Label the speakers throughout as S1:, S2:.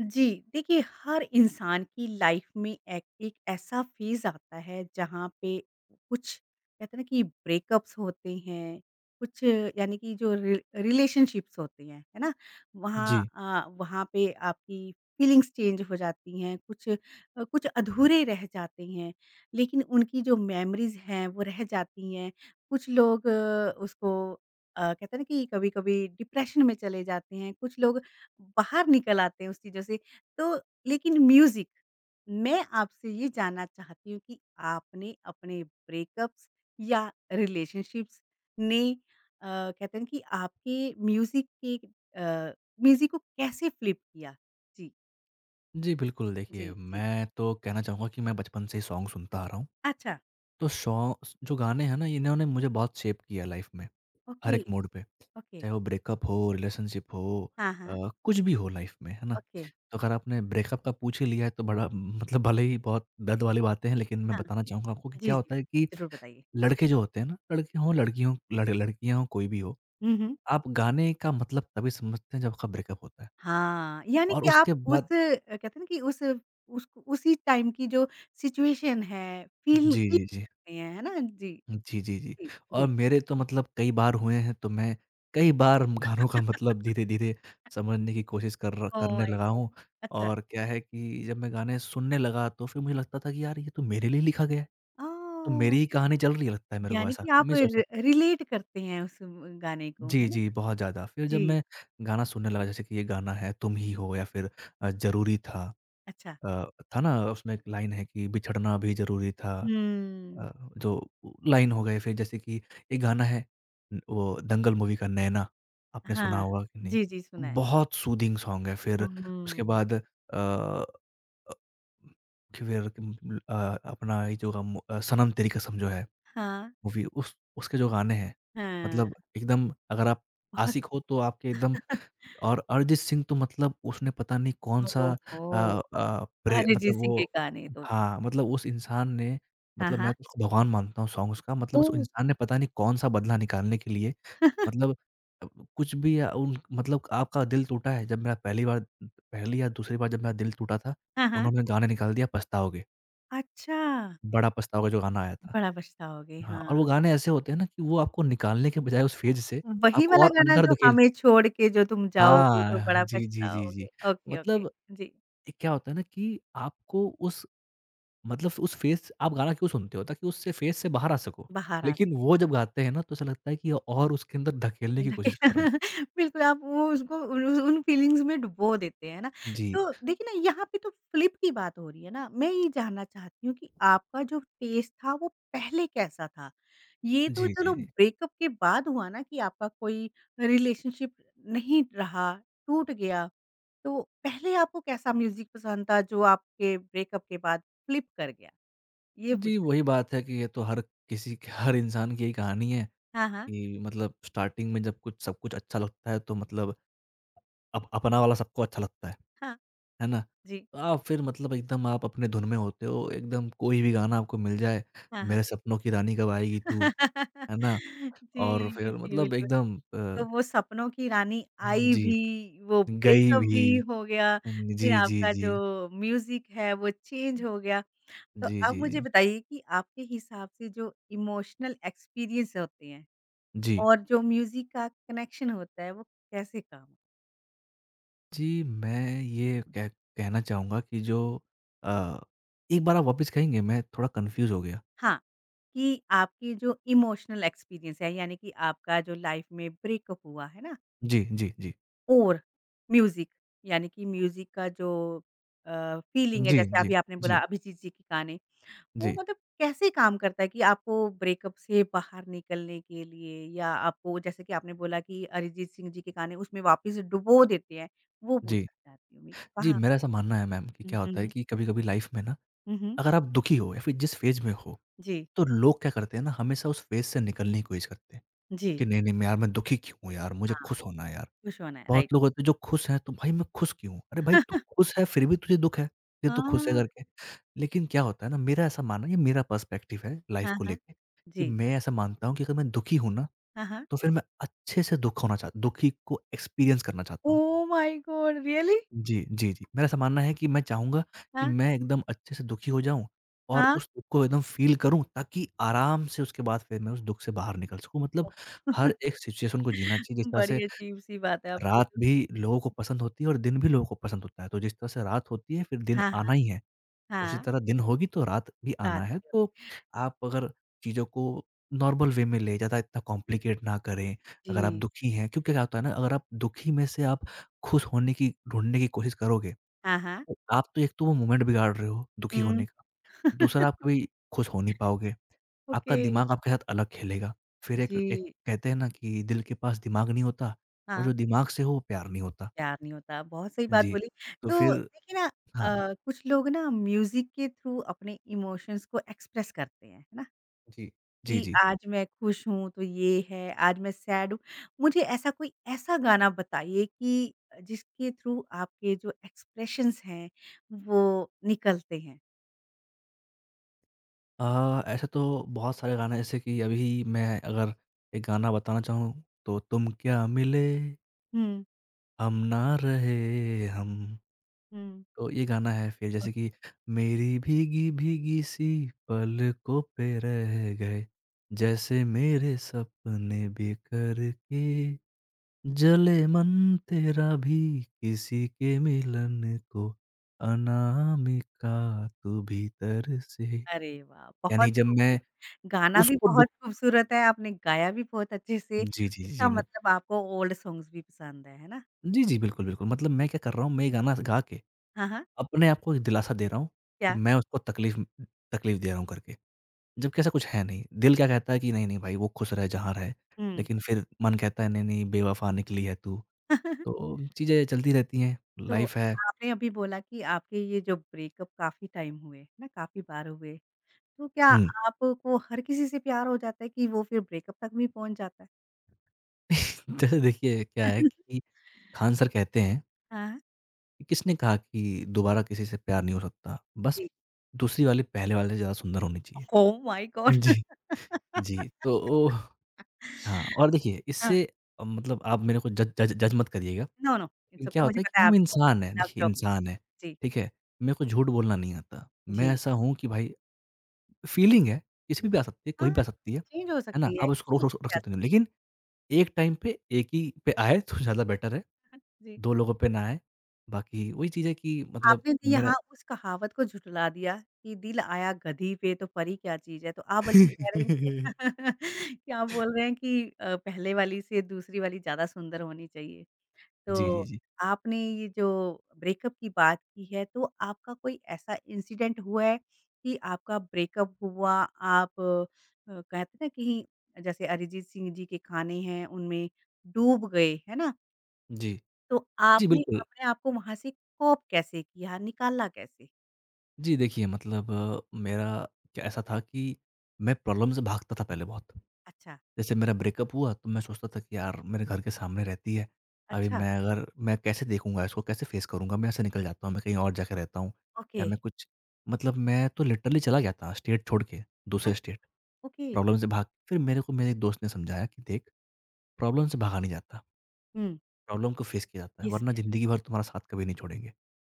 S1: जी। देखिए, हर इंसान की लाइफ में एक एक ऐसा फेज़ आता है जहाँ पे कुछ कहते हैं ना कि ब्रेकअप्स होते हैं। कुछ यानी कि जो रि रिलेशनशिप्स होती हैं, है ना?
S2: जी।
S1: वहाँ पे आपकी फीलिंग्स चेंज हो जाती हैं। कुछ अधूरे रह जाते हैं, लेकिन उनकी जो मेमोरीज़ हैं वो रह जाती हैं। उसको कहते हैं ना कि कभी-कभी डिप्रेशन में चले जाते हैं, कुछ लोग बाहर निकल आते हैं उस चीज़ों से। तो लेकिन म्यूज़िक, मैं आपसे ये जानना चाहती हूँ कि आपने अपने ब्रेकअप्स या रिलेशनशिप्स ने कहते हैं ना कि आपके अ, म्यूज़िक को कैसे फ्लिप किया? जी,
S2: जी, बिल्कुल
S1: जी,
S2: देखिए,
S1: जी।
S2: मैं तो कहना चाहूँगा कि मैं बचपन से ही सॉन्ग सुनता आ रहा हूँ।
S1: अच्छा,
S2: तो सॉ जो गाने हैं ना, इन्होंने मुझे बहुत शेप किया लाइफ़ में, हर
S1: ओके,
S2: एक मोड़ पे।
S1: ओके।
S2: चाहे वो ब्रेकअप हो, रिलेशनशिप हो,
S1: हाँ, हाँ,
S2: कुछ भी हो लाइफ़ में, है ना?
S1: ओके।
S2: तो अगर आपने ब्रेकअप का पूछ ही लिया है तो बड़ा मतलब भले ही बहुत दर्द वाली बातें हैं, लेकिन मैं
S1: हाँ,
S2: बताना चाहूँगा आपको कि
S1: जी,
S2: क्या होता
S1: जी।
S2: है कि
S1: ज़रूर बताइए।
S2: लड़के जो होते हैं ना, लड़के हों, लड़की हों, लड़कियाँ हों, कोई भी हो,
S1: हुँ, हुँ।
S2: आप गाने का मतलब तभी समझते हैं जब आपका ब्रेकअप होता है।
S1: हाँ, यानी
S2: और
S1: कि आप
S2: उसके
S1: उस
S2: बाद
S1: कहते हैं ना कि उस उसी टाइम की जो सिचुएशन है, फ़ील
S2: जी,
S1: फील
S2: जी, जी।
S1: करते हैं, है ना? जी,
S2: जी, जी, जी।
S1: जी,
S2: और
S1: जी।
S2: मेरे तो मतलब कई बार हुए हैं, तो मैं कई बार गानों का मतलब धीरे-धीरे समझने की कोशिश कर र
S1: ओह
S2: करने
S1: माय
S2: लगा हूँ।
S1: गॉड! अच्छा।
S2: और क्या है कि जब मैं गाने सुनने लगा, तो फिर मुझे लगता था कि यार ये तो मेरे लिए लिखा गया है, तो
S1: ओह!
S2: मेरी ही कहानी चल रही है लगता है मेरे को
S1: यानी
S2: ऐसा।
S1: कि आप
S2: मैं सोचता था।
S1: र रिलेट करते हैं उस गाने को, है
S2: जी,
S1: ना?
S2: जी, बहुत ज़्यादा। फिर जब
S1: जी,
S2: मैं गाना सुनने लगा जैसे कि ये गाना है तुम ही हो या फिर ज़रूरी था।
S1: अच्छा।
S2: अ, था ना उसमें एक लाइन है कि बिछड़ना भी ज़रूरी था। अ,
S1: हुँ।
S2: जो लाइन हो गए फिर जैसे कि एक गाना है, वो दंगल मूवी का नैना, आपने सुना
S1: हाँ।
S2: होगा कि नहीं?
S1: जी, जी, सुना है।
S2: बहुत सूदिंग सॉन्ग है। फिर उसके
S1: हुँ।
S2: बाद अ, फिर अ, अपना ये जो हम, सनम तेरी कसम जो है
S1: हाँ,
S2: मूवी, उस उसके जो गाने हैं
S1: हाँ।
S2: मतलब एकदम, अगर आप
S1: बहुत
S2: आशिक हो तो आपके एकदम। और अरिजीत सिंह तो मतलब उसने पता नहीं कौन-सा
S1: ओहो!
S2: अ अ, प्रे मतलब
S1: अरिजीत सिंह
S2: वो,
S1: के गाने तो
S2: हाँ, मतलब उस इंसान ने,
S1: हाँ,
S2: मतलब
S1: हाँ।
S2: मैं तो उसको भगवान मानता हूँ। सॉन्ग्स का मतलब उस
S1: ओह!
S2: इंसान ने पता नहीं कौन-सा बदला निकालने के लिए, मतलब अ, कुछ भी या उन मतलब आपका दिल टूटा है। जब मेरा पहली बार, पहली या दूसरी बार जब मेरा दिल टूटा था,
S1: हाँ, हाँ।
S2: उन्होंने गाना निकाल दिया पछताओगे,
S1: अच्छा।
S2: बड़ा पछताओगे जो गाना आया था।
S1: बड़ा पछताओगे,
S2: हाँ, और वो
S1: हाँ।
S2: गाने ऐसे होते हैं ना कि वो आपको निकालने के बजाय उस फेज से
S1: वही
S2: आपको
S1: वाला
S2: और
S1: गाना
S2: अंदर
S1: जो
S2: धकेल,
S1: हमें छोड़ के, जो तुम जाओगे तो
S2: हाँ,
S1: बड़ा
S2: जी, जी, जी, जी।
S1: पछताओगे। Okay, okay.
S2: मतलब
S1: जी,
S2: एक क्या होता है ना कि आपको उस, मतलब उस फ़ेस, आप गाना क्यों सुनते हो? ताकि उससे फ़ेस से बाहर आ सको।
S1: बहारा
S2: लेकिन वो जब गाते हैं ना तो ऐसा लगता है कि और उसके अंदर धकेलने की कोशिश
S1: देखिए,
S2: कर रहे हैं।
S1: बिल्कुल, आप वो उसको उन उन फीलिंग्स में डुबो देते हैं ना।
S2: जी।
S1: तो देखिए ना, यहाँ पे तो फ़्लिप की बात हो रही है ना। मैं ये जानना चाहती हूँ कि आपका जो टेस्ट था वो पहले कैसा था? ये तो
S2: जी, जी,
S1: चलो
S2: जी।
S1: ब्रेकअप के बाद हुआ ना कि आपका कोई रिलेशनशिप नहीं रहा, टूट गया। तो पहले आपको कैसा म्यूज़िक पसंद था जो आपके ब्रेकअप के बाद फ़्लिप कर गया? ये
S2: जी,
S1: पूछना
S2: वही बात है कि ये तो हर किसी की, हर इंसान की यही कहानी है
S1: हाँ, हाँ।
S2: कि मतलब स्टार्टिंग में जब कुछ सब कुछ अच्छा लगता है तो मतलब अप अपना वाला सबको अच्छा लगता है।
S1: हाँ,
S2: है ना?
S1: जी।
S2: तो आप फिर मतलब एकदम आप अपने धुन में होते हो, एकदम कोई भी गाना आपको मिल जाए,
S1: हाँ, हाँ।
S2: मेरे सपनों की रानी कब आएगी तू, है ना?
S1: जी,
S2: और फिर
S1: जी,
S2: मतलब
S1: बिल्कुल।
S2: एकदम
S1: तो वो सपनों की रानी आई
S2: जी,
S1: भी, वो
S2: गई
S1: ब्रेकअप
S2: भी।
S1: भी हो गया, फिर
S2: जी, जी,
S1: आपका
S2: जी।
S1: जो म्यूज़िक है वो चेंज हो गया। तो
S2: जी,
S1: अब
S2: जी,
S1: मुझे
S2: जी।
S1: बताइए कि आपके हिसाब से जो इमोशनल एक्सपीरियंस होते हैं
S2: जी।
S1: और जो म्यूज़िक का कनेक्शन होता है वो कैसे काम
S2: जी, मैं ये कह कहना चाहूँगा कि जो अ, एक बार आप वापस कहेंगे? मैं थोड़ा कन्फ्यूज़ हो गया।
S1: हाँ, कि आपके जो इमोशनल एक्सपीरियंस है यानी कि आपका जो लाइफ में ब्रेकअप हुआ, है ना?
S2: जी, जी, जी।
S1: और म्यूज़िक यानी कि म्यूज़िक का जो फीलिंग है,
S2: जी,
S1: जैसे
S2: जी,
S1: अभी आपने बोला
S2: जी,
S1: अभिजीत जी के गाने। वो
S2: जी,
S1: मतलब कैसे काम करता है कि आपको ब्रेकअप से बाहर निकलने के लिए, या आपको जैसे कि आपने बोला कि अरिजीत सिंह जी के गाने उसमें वापस डुबो देते हैं। वो
S2: जी।
S1: पूछना चाहती हूँ मैं
S2: जी,
S1: कहाँ
S2: मेरा ऐसा मानना है मैम कि
S1: हुँ,
S2: क्या
S1: हुँ,
S2: होता है
S1: हुँ।
S2: कि कभी-कभी लाइफ़ में ना,
S1: हुँ, हुँ।
S2: अगर आप दुखी हो या फिर जिस फ़ेज़ में हो,
S1: जी।
S2: तो लोग क्या करते हैं ना, हमेशा उस फ़ेज़ से निकलने की कोशिश करते हैं,
S1: जी।
S2: कि नहीं, नहीं मैं, यार मैं दुखी क्यों हूँ यार? मुझे
S1: हाँ,
S2: खुश होना है यार।
S1: खुश होना है, राइट।
S2: बहुत लोग होते हैं जो खुश हैं, तो भाई मैं खुश क्यों हूँ? अरे भाई, तू खुश है फिर भी तुझे दुःख है, ये तू खुश है
S1: हाँ,
S2: करके। लेकिन क्या होता है ना, मेरा ऐसा मानना है, ये मेरा पर्सपेक्टिव है लाइफ
S1: हाँ,
S2: को
S1: हाँ।
S2: लेके, कि
S1: जी।
S2: मैं ऐसा मानता हूँ कि अगर मैं दुखी हूँ ना,
S1: हाँ, हाँ।
S2: तो फिर मैं अच्छे से दुःख होना चाह दुखी को एक्सपीरियंस करना चाहता हूँ।
S1: Oh my God! रियली?
S2: जी, जी, जी। मेरा ऐसा मानना है कि मैं चाहूँगा कि
S1: हाँ,
S2: मैं एकदम अच्छे से दुखी हो जाऊँ और
S1: हाँ।
S2: उस दुःख को एकदम फ़ील करूँ ताकि आराम से उसके बाद फिर मैं उस दुःख से बाहर निकल सकूँ। मतलब
S1: ओह,
S2: हर एक सिचुएशन को जीना चाहिए, जिस तरह से
S1: बड़ी अजीब-सी बात है आपकी
S2: रात
S1: तो।
S2: भी लोगों को पसंद होती है और दिन भी लोगों को पसंद होता है। तो जिस तरह से रात होती है फिर दिन
S1: हाँ,
S2: आना
S1: हाँ,
S2: ही है, उसी
S1: हाँ।
S2: तरह दिन होगी तो रात भी आना
S1: रात
S2: है।
S1: को।
S2: तो आप अगर चीज़ों को नॉर्मल वे में ले, ज़्यादा इतना कॉम्प्लिकेट ना करें। अगर आप
S1: जी।
S2: दुखी हैं क्योंकि क्या होता है ना, अगर आप दुखी में से आप खुश होने की, ढूँढने की कोशिश करोगे,
S1: हाँ, हाँ।
S2: तो आप तो, एक तो वो मोमेंट बिगाड़ रहे हो दुखी
S1: हुँ।
S2: होने का, दूसरा आप कभी खुश हो नहीं पाओगे। आपका
S1: ओके।
S2: दिमाग आपके साथ अलग खेलेगा। फिर एक एक
S1: जी।
S2: कहते हैं ना कि दिल के पास दिमाग नहीं होता और
S1: हाँ,
S2: जो दिमाग से हो वो प्यार नहीं होता।
S1: प्यार नहीं होता, बहुत सही बात
S2: जी,
S1: बोली।
S2: तो
S1: तो
S2: फिर
S1: देखिए ना,
S2: हाँ।
S1: कुछ लोग ना म्यूज़िक के थ्रू अपने इमोशंस को एक्सप्रेस करते हैं, है ना?
S2: जी। जी,
S1: कि
S2: जी।
S1: आज मैं खुश हूँ तो ये है, आज मैं सैड हूँ। मुझे ऐसा कोई ऐसा गाना बताइए कि जिसके थ्रू आपके जो एक्सप्रेशंस हैं वो निकलते हैं?
S2: ऐसे तो बहुत सारे गाने, जैसे कि अभी मैं अगर एक गाना बताना चाहूँ, तो तुम क्या मिले,
S1: हुँ,
S2: हम ना रहे हम,
S1: हुँ।
S2: तो ये गाना है। फिर जैसे कि मेरी भीगी-भीगी सी पलकों पे रह गए, जैसे मेरे सपने बिखर के, जले मन तेरा भी किसी के मिलन को, अनामिका तू भीतर से,
S1: अरे वाह! बहुत
S2: यानी जब मैं
S1: खूबसूरत। गाना भी
S2: उसको
S1: बहुत
S2: दुख,
S1: खूबसूरत है, आपने गाया भी बहुत अच्छे से।
S2: जी, जी,
S1: इसका
S2: जी, मत,
S1: मतलब आपको ओल्ड सॉन्ग्स भी पसंद है ना?
S2: जी, जी, बिल्कुल, बिल्कुल, मतलब मैं क्या कर रहा हूँ, मैं ये गाना गा के
S1: हाँ, हाँ,
S2: अपने आप को एक दिलासा दे रहा हूँ कि
S1: क्या?
S2: मैं उसको तकलीफ तकलीफ दे रहा हूँ करके। जबकि ऐसा कुछ है नहीं। दिल क्या कहता है कि नहीं, नहीं भाई वो खुश रहे जहाँ रहे।
S1: हुँ।
S2: लेकिन फिर मन कहता है नहीं, नहीं बेवफ़ा निकली है तू। तो चीज़ें चलती रहती हैं,
S1: तो
S2: लाइफ़ है।
S1: आपने अभी बोला कि आपके ये जो ब्रेकअप काफ़ी टाइम हुए, है ना? काफ़ी बार हुए। तो क्या
S2: हुँ।
S1: आपको हर किसी से प्यार हो जाता है कि वो फिर ब्रेकअप तक भी पहुँच जाता है?
S2: जैसे देखिए क्या है कि खान सर कहते हैं
S1: हाँ।
S2: कि किसने कहा कि दोबारा किसी से प्यार नहीं हो सकता, बस
S1: जी।
S2: दूसरी वाली पहले वाले से ज़्यादा सुंदर होनी चाहिए।
S1: ओह माय गॉड!
S2: जी। जी, तो ओ हाँ, और देखिए
S1: हाँ।
S2: इससे, मतलब आप मेरे को जज जज जज मत करिएगा।
S1: नो, नो, इट्स
S2: लेकिन
S1: ओके,
S2: क्या
S1: मुझे
S2: होता है
S1: पता
S2: कि
S1: है आप
S2: हम
S1: जॉब कर
S2: इंसान हैं,
S1: रहे हैं, आप
S2: देखिए
S1: जॉब कर
S2: इंसान हैं,
S1: रहे हैं। जी।
S2: ठीक है? मेरे को झूठ बोलना नहीं आता। मैं
S1: जी।
S2: ऐसा हूँ कि भाई फीलिंग है, किसी पे भी पे आ सकती है, कभी
S1: हाँ,
S2: भी आ सकती
S1: चेंज हो
S2: है ना?
S1: सकती है,
S2: आप उसको रोक
S1: किसी पे
S2: रोक रख
S1: भी आ
S2: सकते
S1: सकता
S2: नहीं
S1: है।
S2: हो, लेकिन एक टाइम पे एक ही पे आए तो ज़्यादा बेटर है,
S1: जी।
S2: 2 लोगों पे ना आए। बाकी वही चीज़ है कि मतलब
S1: आपने तो यहाँ
S2: मेरा
S1: उस कहावत को झुठला दिया कि दिल आया गधी पे तो परी क्या चीज़ है। तो आप बल्कि कह रहे हैं कि कि आप बोल रहे हैं कि पहले वाली से दूसरी वाली ज़्यादा सुंदर होनी चाहिए।
S2: जी, जी,
S1: तो
S2: जी।
S1: आपने ये जो ब्रेकअप की बात की है तो आपका कोई ऐसा इंसिडेंट हुआ है कि आपका ब्रेकअप हुआ, आप कहते हैं ना कि जैसे अरिजीत सिंह जी के गाने हैं उनमें डूब गए, है ना?
S2: जी।
S1: तो
S2: जी,
S1: आपने
S2: बिल्कुल।
S1: अपने आप को वहाँ से कोप कैसे किया? निकाला कैसे?
S2: जी, देखिए मतलब मेरा, क्या ऐसा था कि मैं प्रॉब्लम से भागता था पहले बहुत।
S1: अच्छा,
S2: जैसे मेरा ब्रेकअप हुआ तो मैं सोचता था कि यार मेरे घर के सामने रहती है, अभी
S1: अच्छा,
S2: मैं अगर, मैं कैसे देखूँगा इसको, कैसे फेस करूँगा? मैं यहाँ से निकल जाता हूँ, मैं कहीं और जाके रहता हूँ, या
S1: ओके,
S2: मैं कुछ मतलब मैं तो लिटरली चला गया था स्टेट छोड़ के,
S1: अच
S2: दूसरे स्टेट,
S1: ओके,
S2: प्रॉब्लम से भाग फिर मेरे को मेरे एक दोस्त ने समझाया कि देख, प्रॉब्लम से भागा नहीं जाता,
S1: हुँ,
S2: प्रॉब्लम को फेस किया जाता है,
S1: मिस
S2: वरना
S1: किया
S2: ज़िंदगी भर तुम्हारा साथ कभी नहीं छोड़ेंगे।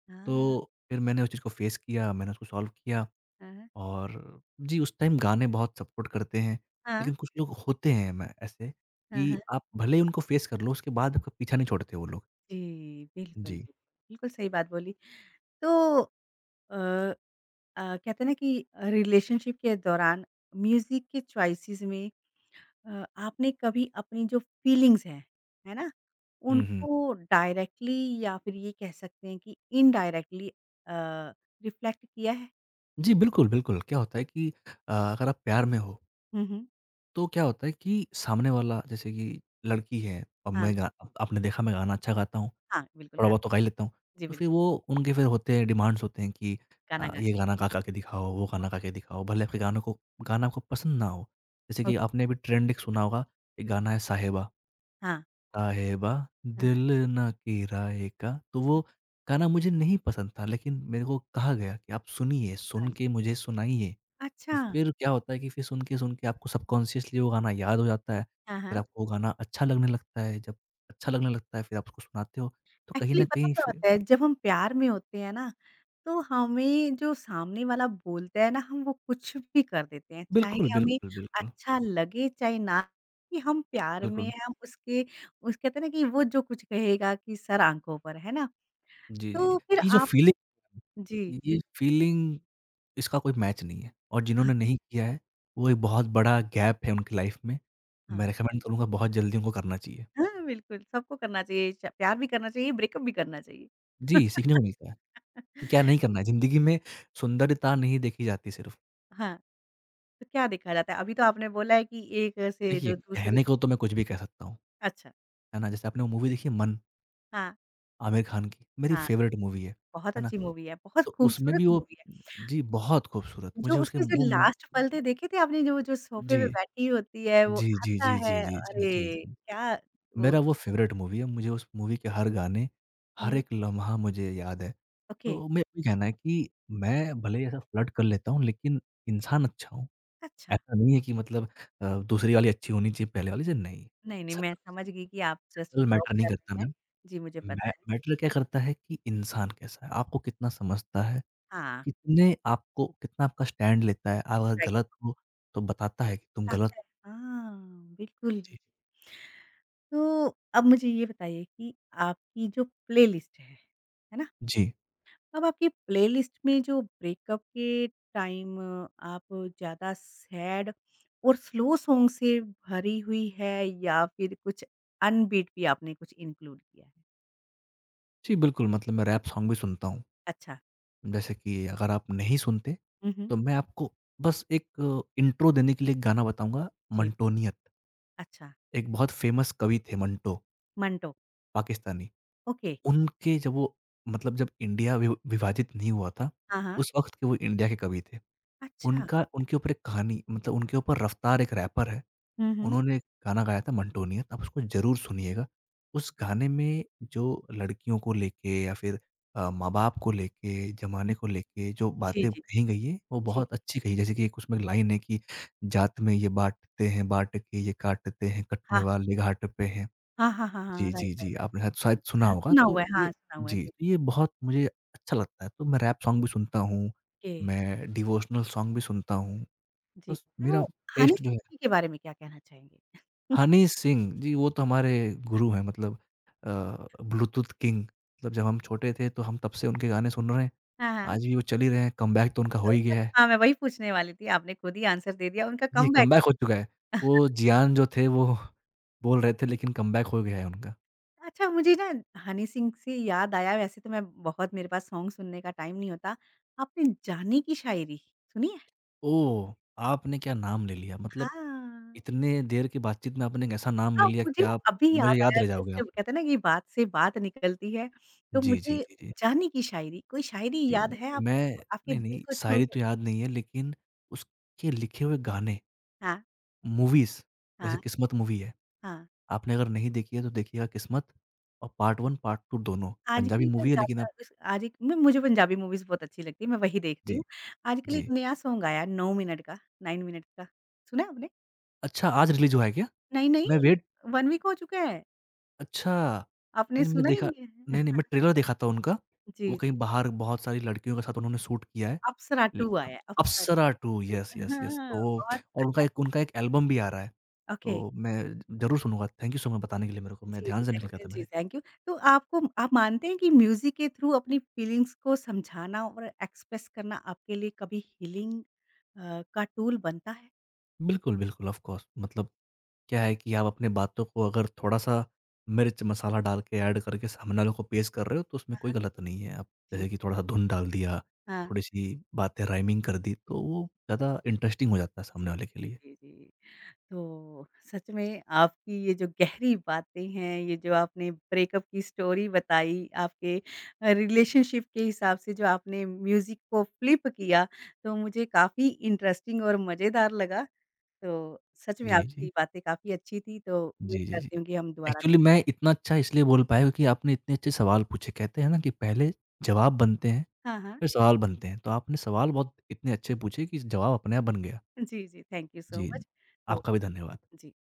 S1: हाँ,
S2: तो फिर मैंने उस चीज़ को फ़ेस किया, मैंने उसको सॉल्व किया
S1: हाँ, हाँ।
S2: और जी, उस टाइम गाने बहुत सपोर्ट करते हैं।
S1: हाँ,
S2: लेकिन कुछ लोग होते हैं, मैं ऐसे
S1: हाँ,
S2: कि
S1: हाँ,
S2: आप भले ही उनको फ़ेस कर लो, उसके बाद आपका पीछा नहीं छोड़ते वो लोग।
S1: जी, बिल्कुल,
S2: जी।
S1: बिल्कुल, बिल्कुल सही बात बोली। तो अ कहते हैं ना कि रिलेशनशिप के दौरान म्यूज़िक के चॉइसेस में आपने कभी अपनी जो फीलिंग्स हैं, है ना?
S2: हुँ, हुँ।
S1: उनको डायरेक्टली या फिर ये कह सकते हैं कि इनडायरेक्टली रिफ्लेक्ट किया है?
S2: जी, बिल्कुल, बिल्कुल। क्या होता है कि अगर आप प्यार में हो,
S1: हुँ, हुँ,
S2: तो क्या होता है कि सामने वाला, जैसे कि लड़की है, अब
S1: हाँ,
S2: मैं गा अब आपने देखा मैं गाना अच्छा गाता हूँ।
S1: हाँ, बिल्कुल
S2: थोड़ा
S1: गा
S2: बहुत तो गा ही लेता हूँ।
S1: जी,
S2: तो फिर
S1: बिल्कुल,
S2: वो, उनके फिर होते हैं, डिमांड्स होते हैं कि
S1: गाना गा
S2: ये गाना गा-गा के दिखाओ, वो गाना गा के दिखाओ, भले आपके गानों को, गाना आपको पसंद ना हो। जैसे
S1: ओ
S2: कि आपने अभी ट्रेंड एक सुना होगा, एक गाना है साहिबा,
S1: हाँ।
S2: साहिबा
S1: हाँ।
S2: दिल ना किराए का, तो वो गाना मुझे नहीं पसंद था लेकिन मेरे को कहा गया कि आप सुनिए, सुन
S1: नाइस।
S2: के मुझे सुनाइए। तो
S1: अच्छा,
S2: फिर क्या होता है कि फिर सुन के आपको सबकॉन्शियसली वो गाना याद हो जाता है,
S1: हाँ,
S2: फिर
S1: हाँ।
S2: आपको वो गाना अच्छा लगने लगता है, जब अच्छा लगने लगता है फिर आप उसको सुनाते हो। तो कहीं
S1: एक्चुअली
S2: न
S1: पता
S2: कहीं
S1: क्या
S2: फिर
S1: होता है, जब हम प्यार में होते हैं ना, तो हमें जो सामने वाला बोलता है ना हम वो कुछ भी कर देते हैं। चाहे
S2: बिल्कुल,
S1: हमें
S2: बिल्कुल, बिल्कुल,
S1: अच्छा लगे चाहे ना, कि हम प्यार में
S2: बिल्कुल।
S1: हैं, हम उसके उस कहते हैं ना कि वो जो कुछ कहेगा कि सर आँखों पर, है ना?
S2: जी, जी।
S1: तो फिर
S2: ये जो
S1: आप
S2: फीलिंग
S1: जी,
S2: ये फीलिंग, इसका कोई मैच नहीं है और
S1: हाँ,
S2: जिन्होंने नहीं किया है, वो एक बहुत बड़ा गैप है उनकी लाइफ़ में। मैं
S1: हाँ।
S2: रिकमेंड करूँगा, बहुत जल्दी उनको करना चाहिए।
S1: हाँ, बिल्कुल सबको करना चाहिए, च प्यार भी करना चाहिए, ब्रेकअप भी करना चाहिए।
S2: जी, सीखने को मिलता है कि क्या नहीं करना है। ज़िंदगी में सुंदरता नहीं देखी जाती सिर्फ़।
S1: हाँ, तो क्या देखा जाता है? अभी तो आपने बोला है कि एक से
S2: देखिए,
S1: जो दूसरी
S2: कहने को तो मैं कुछ भी कह सकता हूँ,
S1: अच्छा।
S2: है ना? जैसे आपने वो मूवी देखी है मन,
S1: हाँ,
S2: आमिर खान की, मेरी
S1: हाँ।
S2: फ़ेवरेट मूवी
S1: बहुत
S2: है ना?
S1: अच्छी मूवी है, बहुत
S2: तो उसमें
S1: खूबसूरत
S2: भी वो
S1: मूवी है।
S2: जी, बहुत खूबसूरत
S1: जो
S2: मुझे उसके
S1: उसके जो
S2: वो मू।
S1: लास्ट पल थे देखे थे आपने, जो जो सोफ़े
S2: जी।
S1: पे बैठी होती है, वो
S2: जी, जी,
S1: आता
S2: जी,
S1: है
S2: जी, जी, जी, जी,
S1: अरे!
S2: जी।
S1: क्या वो
S2: मेरा वो फ़ेवरेट मूवी है, मुझे उस मूवी के हर गाने, हर
S1: हुँ,
S2: एक लम्हा मुझे याद है।
S1: ओके,
S2: तो मैं ये कहना है कि मैं भले ही ऐसा फ्लर्ट कर लेता हूँ, लेकिन इंसान अच्छा हूँ।
S1: अच्छा।
S2: ऐसा नहीं है कि दूसरी वाली अच्छी होनी चाहिए पहले वाली से, नहीं।
S1: नहीं, नहीं मैं
S2: शक्ल
S1: समझ गई कि आप जस्ट
S2: शक्ल
S1: जॉब
S2: मैटर
S1: कर
S2: नहीं करता
S1: रहे हैं।
S2: मैम,
S1: जी, मुझे पता
S2: मै
S1: है।
S2: मैटर क्या करता है कि इंसान कैसा है, आपको कितना समझता है,
S1: हाँ,
S2: कितने आपको कितना आपका स्टैंड लेता है। आप अगर
S1: राइट
S2: गलत हो, तो बताता है कि तुम गलत
S1: आता है।
S2: हो।
S1: हाँ, बिल्कुल।
S2: जी।
S1: तो अब मुझे ये बताइए कि आपकी जो प्लेलिस्ट है ना?
S2: जी।
S1: अब आपकी प्लेलिस्ट में जो ब्रेकअप के टाइम आप ज़्यादा सैड और स्लो सॉन्ग से भरी हुई है, या फिर कुछ अनबीट भी आपने कुछ इंक्लूड किया है?
S2: जी, बिल्कुल, मतलब मैं रैप सॉन्ग भी सुनता हूँ।
S1: अच्छा।
S2: जैसे कि अगर आप नहीं सुनते,
S1: हुँ, हुँ।
S2: तो मैं आपको बस एक इंट्रो देने के लिए एक गाना बताऊँगा,
S1: जी।
S2: मंटोनियत।
S1: अच्छा,
S2: एक बहुत फ़ेमस कवि थे मंटो,
S1: मंटो,
S2: पाकिस्तानी।
S1: ओके।
S2: उनके जब वो मतलब जब इंडिया विव विभाजित नहीं हुआ था,
S1: हाँ, हाँ।
S2: उस वक़्त के वो इंडिया के कवि थे।
S1: अच्छा।
S2: उनका उनके ऊपर एक कहानी मतलब उनके ऊपर रफ्तार एक रैपर है।
S1: हुँ, हुँ।
S2: उन्होंने गाना गाया था मंटोनियन, आप उसको ज़रूर सुनिएगा। उस गाने में जो लड़कियों को लेके या फिर माँ-बाप को लेके, ज़माने को लेके जो
S1: जी,
S2: बातें
S1: जी,
S2: कही गई हैं, वो
S1: जी।
S2: बहुत अच्छी कही। जैसे कि एक उसमें लाइन है कि जात में ये बाँटते हैं, बाँट के ये काटते हैं, कटने
S1: हाँ,
S2: वाले घाट पे हैं।
S1: हाँ, हाँ, हाँ, हाँ।
S2: जी,
S1: राइट,
S2: जी, जी,
S1: राइट, राइट।
S2: आपने शायद शायद
S1: जी।
S2: सुना
S1: हाँ,
S2: होगा।
S1: सुना
S2: तो
S1: हुआ है,
S2: ये
S1: हाँ, सुना हुआ है।
S2: जी,
S1: जी,
S2: तो ये बहुत मुझे अच्छा लगता है। तो मैं रैप सॉन्ग भी सुनता हूँ,
S1: ओके।
S2: मैं डिवोशनल सॉन्ग भी सुनता हूँ।
S1: जी।
S2: बस
S1: तो
S2: मेरा
S1: हनी
S2: टेस्ट जो
S1: सिंह
S2: है।
S1: जी के बारे में क्या कहना चाहेंगे?
S2: हनी सिंह, जी वो तो हमारे गुरु हैं अ, ब्लूटूथ किंग मतलब जब हम छोटे थे तो हम तब से उनके गाने सुन रहे हैं।
S1: हाँ, हाँ।
S2: आज भी वो चल ही रहे हैं, कमबैक तो उनका हो ही गया है।
S1: हाँ, मैं वही पूछने वाली थी, आपने खुद ही आंसर दे दिया, उनका
S2: जी,
S1: कमबैक
S2: कमबैक हो
S1: है।
S2: चुका है। वो जियान जो थे वो बोल रहे थे लेकिन कमबैक हो गया है उनका।
S1: अच्छा, मुझे ना हनी सिंह से याद आया, वैसे तो मैं बहुत मेरे पास सॉन्ग सुनने का टाइम नहीं होता, आपने जानी की शायरी सुनी है?
S2: ओह! आपने क्या नाम ले लिया मतलब
S1: हाँ।
S2: इतने देर की बातचीत में आपने एक ऐसा नाम
S1: हाँ,
S2: ले लिया कि
S1: मुझे
S2: आप
S1: अभी
S2: मुझे
S1: याद
S2: याद
S1: आया,
S2: रह जाओगे
S1: जस्ट
S2: आप।
S1: कहते हैं ना कि बात से बात निकलती है, तो
S2: जी, जी,
S1: मुझे
S2: जी, जी।
S1: जानी की शायरी, कोई शायरी
S2: जी,
S1: याद है आपको
S2: मैं
S1: जो आपके
S2: नहीं,
S1: दिल
S2: नहीं
S1: को छू
S2: शायरी
S1: गई?
S2: तो याद नहीं है लेकिन उसके लिखे हुए गाने
S1: हाँ,
S2: मूवीज़, जैसे
S1: हाँ,
S2: किस्मत मूवी है,
S1: हाँ।
S2: आपने अगर नहीं देखी है तो देखिएगा किस्मत और पार्ट 1 पार्ट 2 दोनों। पंजाबी
S1: आजकल का
S2: मूवी है लेकिन
S1: ज़्यादा
S2: अब
S1: इस आज एक मैं मुझे पंजाबी मूवीज़ बहुत अच्छी लगती है, मैं वही देखती
S2: जी,
S1: हूँ। आजकल एक
S2: जी।
S1: नया सॉन्ग आया 9 मिनट का, 9 मिनट्स का, सुना है आपने?
S2: अच्छा आज रिलीज़ हुआ है क्या?
S1: नहीं,
S2: मैं
S1: नहीं
S2: वेट
S1: 1 वीक हो चुका है,
S2: अच्छा,
S1: आपने
S2: नहीं नहीं, मैं
S1: सुना ही
S2: देखा
S1: नहीं है?
S2: नहीं, नहीं मैं ट्रेलर देखा था उनका,
S1: जी,
S2: वो कहीं
S1: जी,
S2: बाहर बहुत सारी लड़कियों के साथ उन्होंने शूट किया है।
S1: अप्सरा
S2: ल
S1: 2 आया है, Apsara
S2: Apsara 2 yes,
S1: 2
S2: yes, yes
S1: हाँ,
S2: तो
S1: बहुत अच्छा,
S2: उनका एक एल्बम भी आ रहा है,
S1: ओके,
S2: तो मैं ज़रूर सुनूँगा। थैंक यू सो मच बताने के लिए मेरे को, मैं
S1: जी,
S2: ध्यान से निकल गया था
S1: जी,
S2: मेरे।
S1: Thank you. तो आपको आप मानते हैं कि म्यूज़िक के थ्रू अपनी फीलिंग्स को समझाना और एक्सप्रेस करना आपके लिए कभी हीलिंग का टूल बनता है?
S2: बिल्कुल, बिल्कुल ऑफ़ कोर्स मतलब क्या है कि आप अपने बातों को अगर थोड़ा-सा मिर्च मसाला डाल के ऐड करके सामने वाले को पेश कर रहे हो तो उसमें
S1: हाँ,
S2: कोई
S1: हाँ।
S2: गलत नहीं है। आप
S1: जी,
S2: जैसे कि थोड़ा-सा धुन डाल दिया,
S1: हाँ।
S2: थोड़ी-सी बातें राइमिंग कर दी तो वो ज़्यादा इंटरेस्टिंग हो जाता है
S1: जी,
S2: सामने वाले के
S1: जी,
S2: लिए।
S1: जी, जी। तो सच में आपकी ये जो गहरी बातें हैं, ये जो आपने ब्रेकअप की स्टोरी बताई, आपके रिलेशनशिप के हिसाब से जो आपने म्यूज़िक को फ्लिप किया, तो मुझे काफ़ी इंटरेस्टिंग और मज़ेदार लगा। तो सच में
S2: जी, जी।
S1: आपकी बातें काफ़ी अच्छी थी, तो उम्मीद
S2: जी, जी, जी।
S1: करती हूँ कि हम दोबारा
S2: एक्चुअली मैं इतना अच्छा इसलिए बोल पाया क्योंकि आपने इतने अच्छे सवाल पूछे। कहते हैं ना कि पहले जवाब बनते हैं,
S1: हाँ, हाँ।
S2: फिर सवाल बनते हैं। तो आपने सवाल बहुत इतने अच्छे पूछे कि जवाब अपने आप बन गया।
S1: जी, जी, थैंक यू सो
S2: जी,
S1: मच। तो
S2: आपका भी धन्यवाद।
S1: जी।